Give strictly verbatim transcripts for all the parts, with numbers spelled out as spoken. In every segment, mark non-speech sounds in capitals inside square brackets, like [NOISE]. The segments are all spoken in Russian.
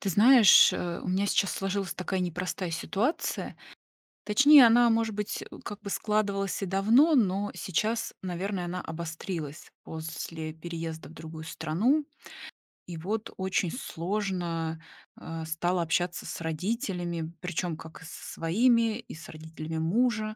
Ты знаешь, э, у меня сейчас сложилась такая непростая ситуация. Точнее, она, может быть, э, как бы складывалась и давно, но сейчас, наверное, она обострилась после переезда в другую страну. И вот очень сложно э, стало общаться с родителями, причем как и со своими, и с родителями мужа.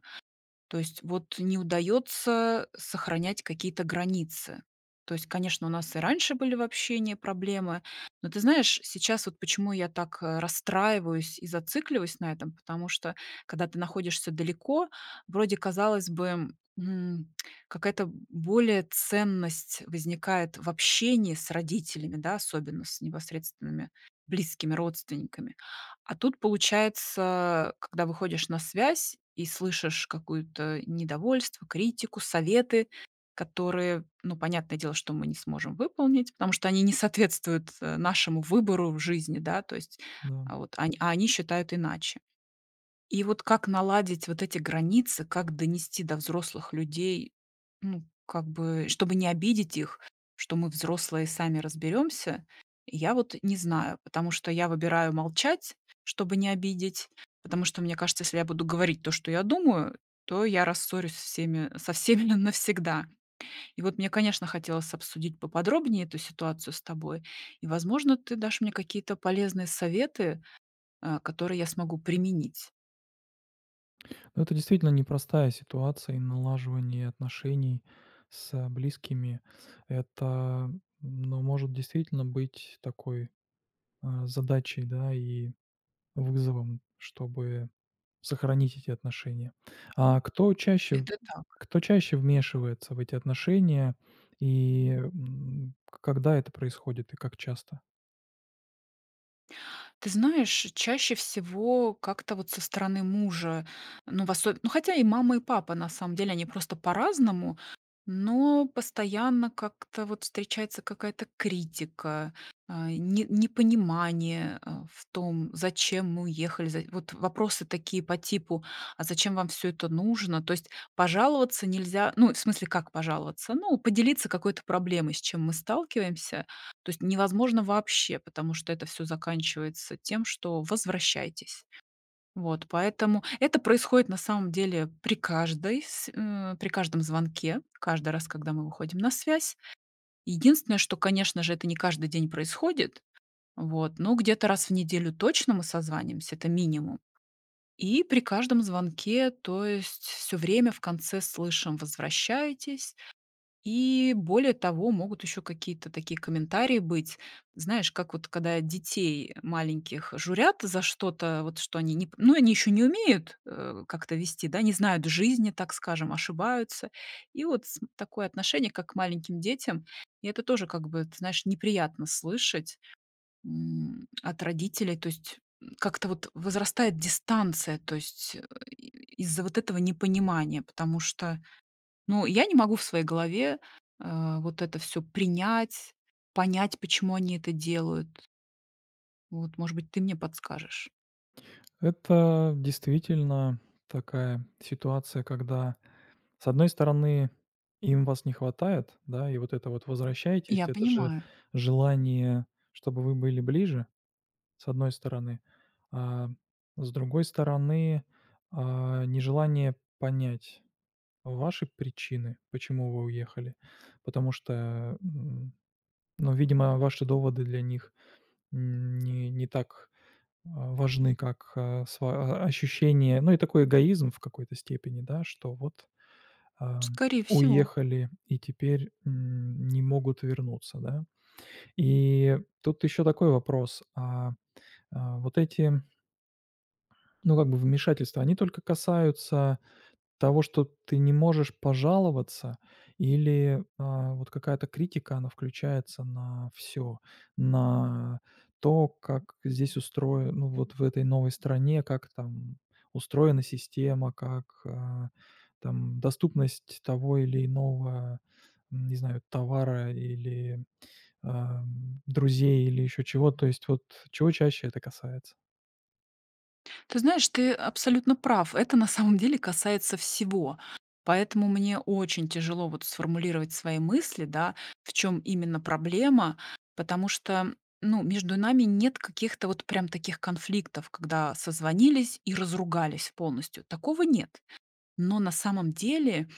То есть вот не удается сохранять какие-то границы. То есть, конечно, у нас и раньше были в общении проблемы, но ты знаешь, сейчас вот почему я так э, расстраиваюсь и зацикливаюсь на этом, потому что когда ты находишься далеко, вроде казалось бы, м, какая-то более ценность возникает в общении с родителями, да, особенно с непосредственными близкими родственниками. А тут, получается, когда выходишь на связь и слышишь какое то недовольство, критику, советы, которые, ну, понятное дело, что мы не сможем выполнить, потому что они не соответствуют, э, нашему выбору в жизни, да, то есть, Да. а вот они а они считают иначе. И вот как наладить вот эти границы, как донести до взрослых людей, ну, как бы, чтобы не обидеть их, что мы взрослые сами разберемся, я вот не знаю, потому что я выбираю молчать, чтобы не обидеть, потому что мне кажется, если я буду говорить то, что я думаю, то я рассорюсь со всеми, со всеми [LAUGHS] навсегда. И вот мне, конечно, хотелось обсудить поподробнее эту ситуацию с тобой. И, возможно, ты дашь мне какие-то полезные советы, а, которые я смогу применить. Но это действительно непростая ситуация и налаживание отношений с близкими. Это, ну, может действительно быть такой а, задачей, да, и вызовом, чтобы сохранить эти отношения. А кто чаще, Это так. кто чаще вмешивается в эти отношения и м, когда это происходит и как часто? Ты знаешь, чаще всего как-то вот со стороны мужа, ну, в осо ну, хотя и мама, и папа, на самом деле, они просто по-разному, но постоянно как-то вот встречается какая-то критика, а, не непонимание, а, в том, зачем мы уехали, за вот вопросы такие по типу: "А зачем вам все это нужно?" То есть пожаловаться нельзя, ну, в смысле, как пожаловаться? Ну, поделиться какой-то проблемой, с чем мы сталкиваемся. То есть невозможно вообще, потому что это все заканчивается тем, что возвращайтесь. Вот, поэтому это происходит на самом деле при каждой с э, при каждом звонке, каждый раз, когда мы выходим на связь. Единственное, что, конечно же, это не каждый день происходит, вот, но где-то раз в неделю точно мы созваниваемся, это минимум. И при каждом звонке, то есть все время в конце слышим: "Возвращайтесь". И более того, могут еще какие-то такие комментарии быть. Знаешь, как вот когда детей маленьких журят за что-то, вот что они не... п- ну, они еще не умеют э, как-то вести, да, не знают жизни, так скажем, ошибаются. И вот с- такое отношение, как к маленьким детям, и это тоже как бы, ты знаешь, неприятно слышать м, от родителей, то есть м, как-то вот возрастает дистанция, то есть э, и- из-за вот этого непонимания, потому что ну, я не могу в своей голове, э, вот это все принять, понять, почему они это делают. Вот, может быть, ты мне подскажешь. Это действительно такая ситуация, когда С одной стороны, им вас не хватает, да, и вот это вот "возвращайтесь" — Я это же понимаю. желание, чтобы вы были ближе, с одной стороны. А с другой стороны, а, нежелание понять ваши причины, почему вы уехали. Потому что, м, ну, видимо, ваши доводы для них не не так, а, важны, как, а, сва а, ощущение, ну, и такой эгоизм в какой-то степени, да, что вот Ам, Скорее всего. уехали и теперь, м, не могут вернуться, да. И тут еще такой вопрос: а, а, вот эти, ну, как бы вмешательства, они только касаются того, что ты не можешь пожаловаться или, а, вот какая-то критика, она включается на все, На то, как здесь устроено, ну, вот в этой новой стране, как там устроена система, как, а, там доступность того или иного, м, не знаю, товара или, ам, друзей, или еще чего. То есть вот чего чаще это касается. Ты знаешь, ты абсолютно прав. Это на самом деле касается всего. Поэтому мне очень тяжело вот сформулировать свои мысли, да, в чем именно проблема, потому что, ну, между нами нет каких-то вот прям таких конфликтов, когда созвонились и разругались полностью. Такого нет. Но на самом деле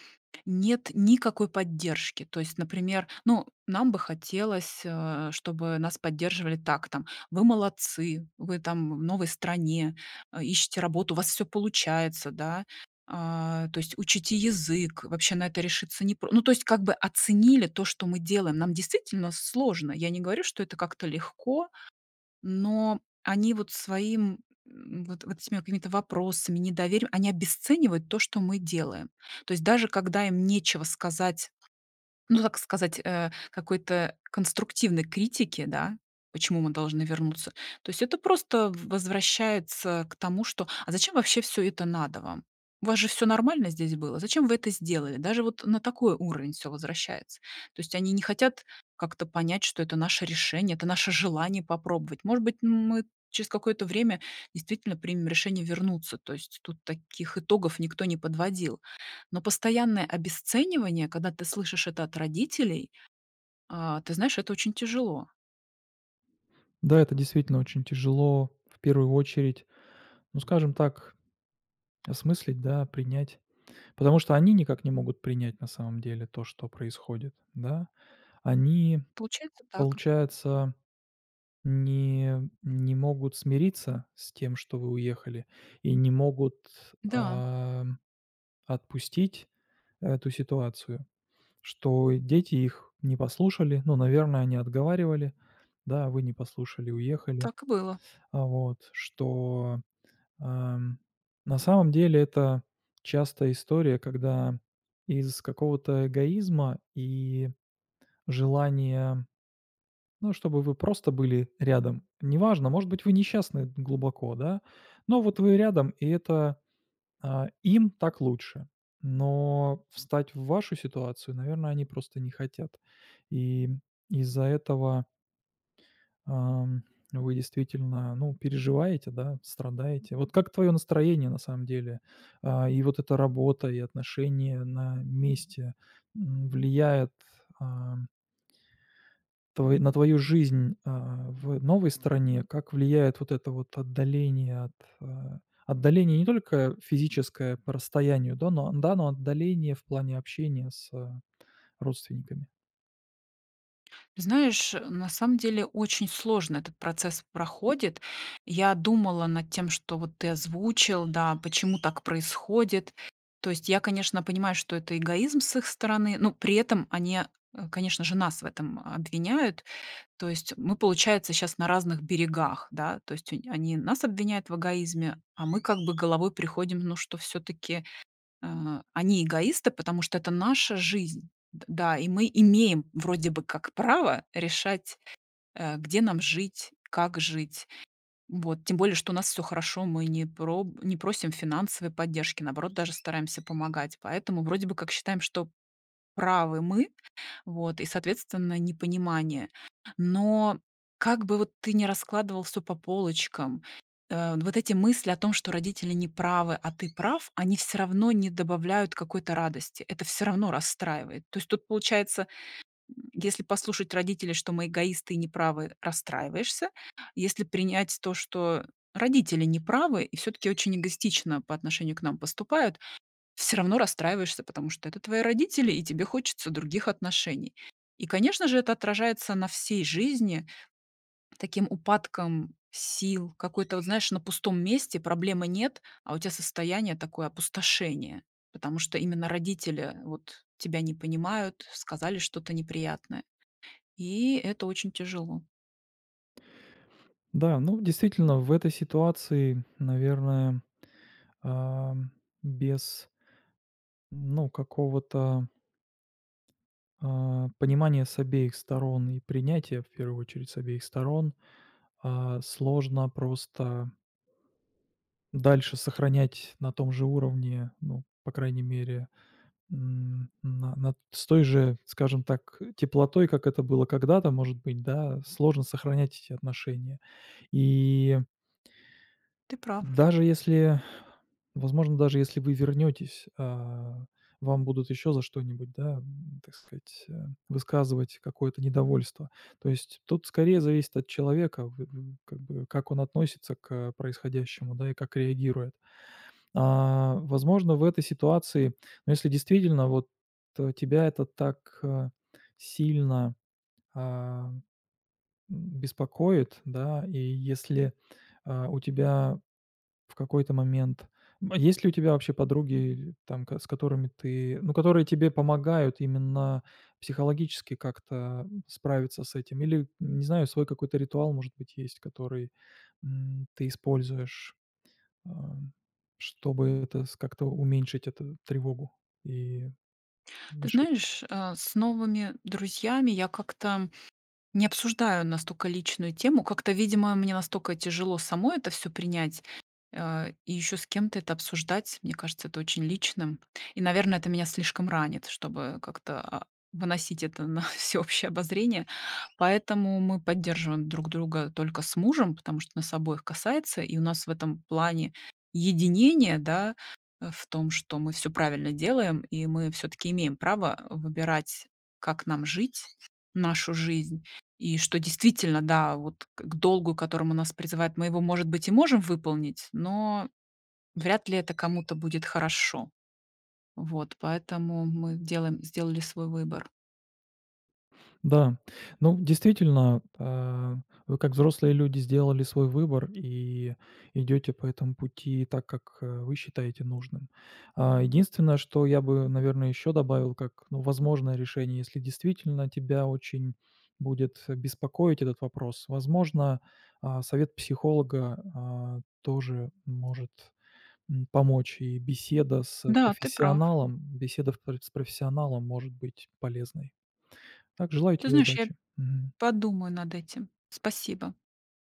нет никакой поддержки. То есть, например, ну, нам бы хотелось, э, чтобы нас поддерживали так там: "Вы молодцы, вы там в новой стране, э, ищете работу, у вас все получается", да. А, то есть учите язык, вообще на это решиться не про ну, то есть как бы оценили то, что мы делаем. Нам действительно сложно. Я не говорю, что это как-то легко. Но они вот своим, м, вот вот этими какими-то вопросами, недоверием, они обесценивают то, что мы делаем. То есть даже когда им нечего сказать ну, так сказать, э, какой-то конструктивной критики, да, почему мы должны вернуться. То есть это просто в- возвращается к тому, что «а зачем вообще все это надо вам? У вас же все нормально здесь было, зачем вы это сделали?» Даже вот на такой уровень все возвращается. То есть они не хотят как-то понять, что это наше решение, это наше желание попробовать. Может быть, мы через какое-то время действительно примем решение вернуться. То есть тут таких итогов никто не подводил. Но постоянное обесценивание, когда ты слышишь это от родителей, а, ты знаешь, это очень тяжело. Да, это действительно очень тяжело в первую очередь, ну, скажем так, Осмыслить, да, принять. Потому что они никак не могут принять на самом деле то, что происходит, да. Они, Получается так. получается, не, не могут смириться с тем, что вы уехали, и не могут Да, а, отпустить эту ситуацию, что дети их не послушали, ну, наверное, они отговаривали, да, вы не послушали, уехали, так и было. а вот, что Ам, на самом деле это частая история, когда из какого-то эгоизма и желания, ну, чтобы вы просто были рядом. Неважно, может быть, вы несчастны глубоко, да, но вот вы рядом, и это, а, им так лучше. Но встать в вашу ситуацию, наверное, они просто не хотят. И из-за этого Ам, вы действительно, ну, переживаете, да, страдаете. Вот как твое настроение на самом деле? А, и вот эта работа, и отношения на месте, м, влияет, а, твой на твою жизнь, а, в новой стране? Как влияет вот это вот отдаление от, а, отдаление не только физическое по расстоянию, да, но да, но отдаление в плане общения с, а, родственниками? Знаешь, на самом деле очень сложно этот процесс проходит. Я думала над тем, что вот ты озвучил, да, почему так происходит. То есть я, конечно, понимаю, что это эгоизм с их стороны, но при этом они, э, конечно же, нас в этом обвиняют. То есть мы, получается, сейчас на разных берегах, да? То есть онь они нас обвиняют в эгоизме, а мы как бы головой приходим, ну, что все таки они эгоисты, потому что это наша жизнь. Д Да, и мы имеем вроде бы как право решать, э, где нам жить, как жить. Вот. Тем более, что у нас все хорошо, мы не проб не просим финансовой поддержки, наоборот, даже стараемся помогать. Поэтому вроде бы как считаем, что правы мы, вот, и, соответственно, непонимание. Но как бы вот ты ни раскладывал все по полочкам, э, вот эти мысли о том, что родители не правы, а ты прав, они все равно не добавляют какой-то радости. Это все равно расстраивает. То есть тут получается, м, если послушать родителей, что мы эгоисты и неправы, расстраиваешься. Если принять то, что родители неправы и все таки очень эгоистично по отношению к нам поступают, все равно расстраиваешься, потому что это твои родители, и тебе хочется других отношений. И, конечно же, это отражается на всей жизни таким упадком сил, какой-то, вот знаешь, на пустом месте, проблемы нет, а у тебя состояние такое опустошение, потому что именно родители вот тебя не понимают, сказали что-то неприятное. И это очень тяжело. Да, ну, действительно, в этой ситуации, наверное Ам, без, ну, какого-то, а, понимания с обеих сторон и принятия, в первую очередь, с обеих сторон, а, сложно просто дальше сохранять на том же уровне, ну, по крайней мере, м, на на с той же, скажем так, теплотой, как это было когда-то, может быть, да, сложно сохранять эти отношения. И Ты прав. даже если Возможно, даже если вы вернетесь, а, вам будут еще за что-нибудь, да, м, так сказать, э, высказывать какое-то недовольство. То есть тут скорее зависит от человека, в- в- как бы, как он относится к происходящему, да, и как реагирует. А, возможно, в этой ситуации, ну, если действительно вот э, тебя это так э, сильно а, м, беспокоит, да, и если а, у тебя в какой-то момент. а есть ли у тебя вообще подруги, там, ко с которыми ты ну, которые тебе помогают именно психологически как-то справиться с этим? Или, не знаю, свой какой-то ритуал, может быть, есть, который, м, ты используешь, а, чтобы это с как-то уменьшить эту тревогу и Ты мешать. знаешь, э, с новыми друзьями я как-то не обсуждаю настолько личную тему. Как-то, видимо, мне настолько тяжело самой это все принять, э, и еще с кем-то это обсуждать. Мне кажется, это очень личным. И, наверное, это меня слишком ранит, чтобы как-то, а, выносить это на [LAUGHS] всеобщее обозрение. Поэтому мы поддерживаем друг друга только с мужем, потому что нас обоих касается, и у нас в этом плане единение, да, э, в том, что мы все правильно делаем, и мы все таки имеем право выбирать, как нам жить нашу жизнь. И что действительно, да, вот к к долгу, к которому нас призывает, мы его, может быть, и можем выполнить, но вряд ли это кому-то будет хорошо. Вот, поэтому мы делаем сделали свой выбор. Да, ну, действительно, а, вы как взрослые люди сделали свой выбор и идете по этому пути так, как э, вы считаете нужным. А, Единственное, что я бы, наверное, еще добавил, как ну, возможное решение, если действительно тебя очень будет беспокоить этот вопрос, возможно, а, совет психолога а, тоже может м, помочь, и беседа с Да, ты прав. профессионалом, беседа в пр- с профессионалом может быть полезной. Так, желаю Ты тебе знаешь, я удачи. Мгм. подумаю над этим. Спасибо.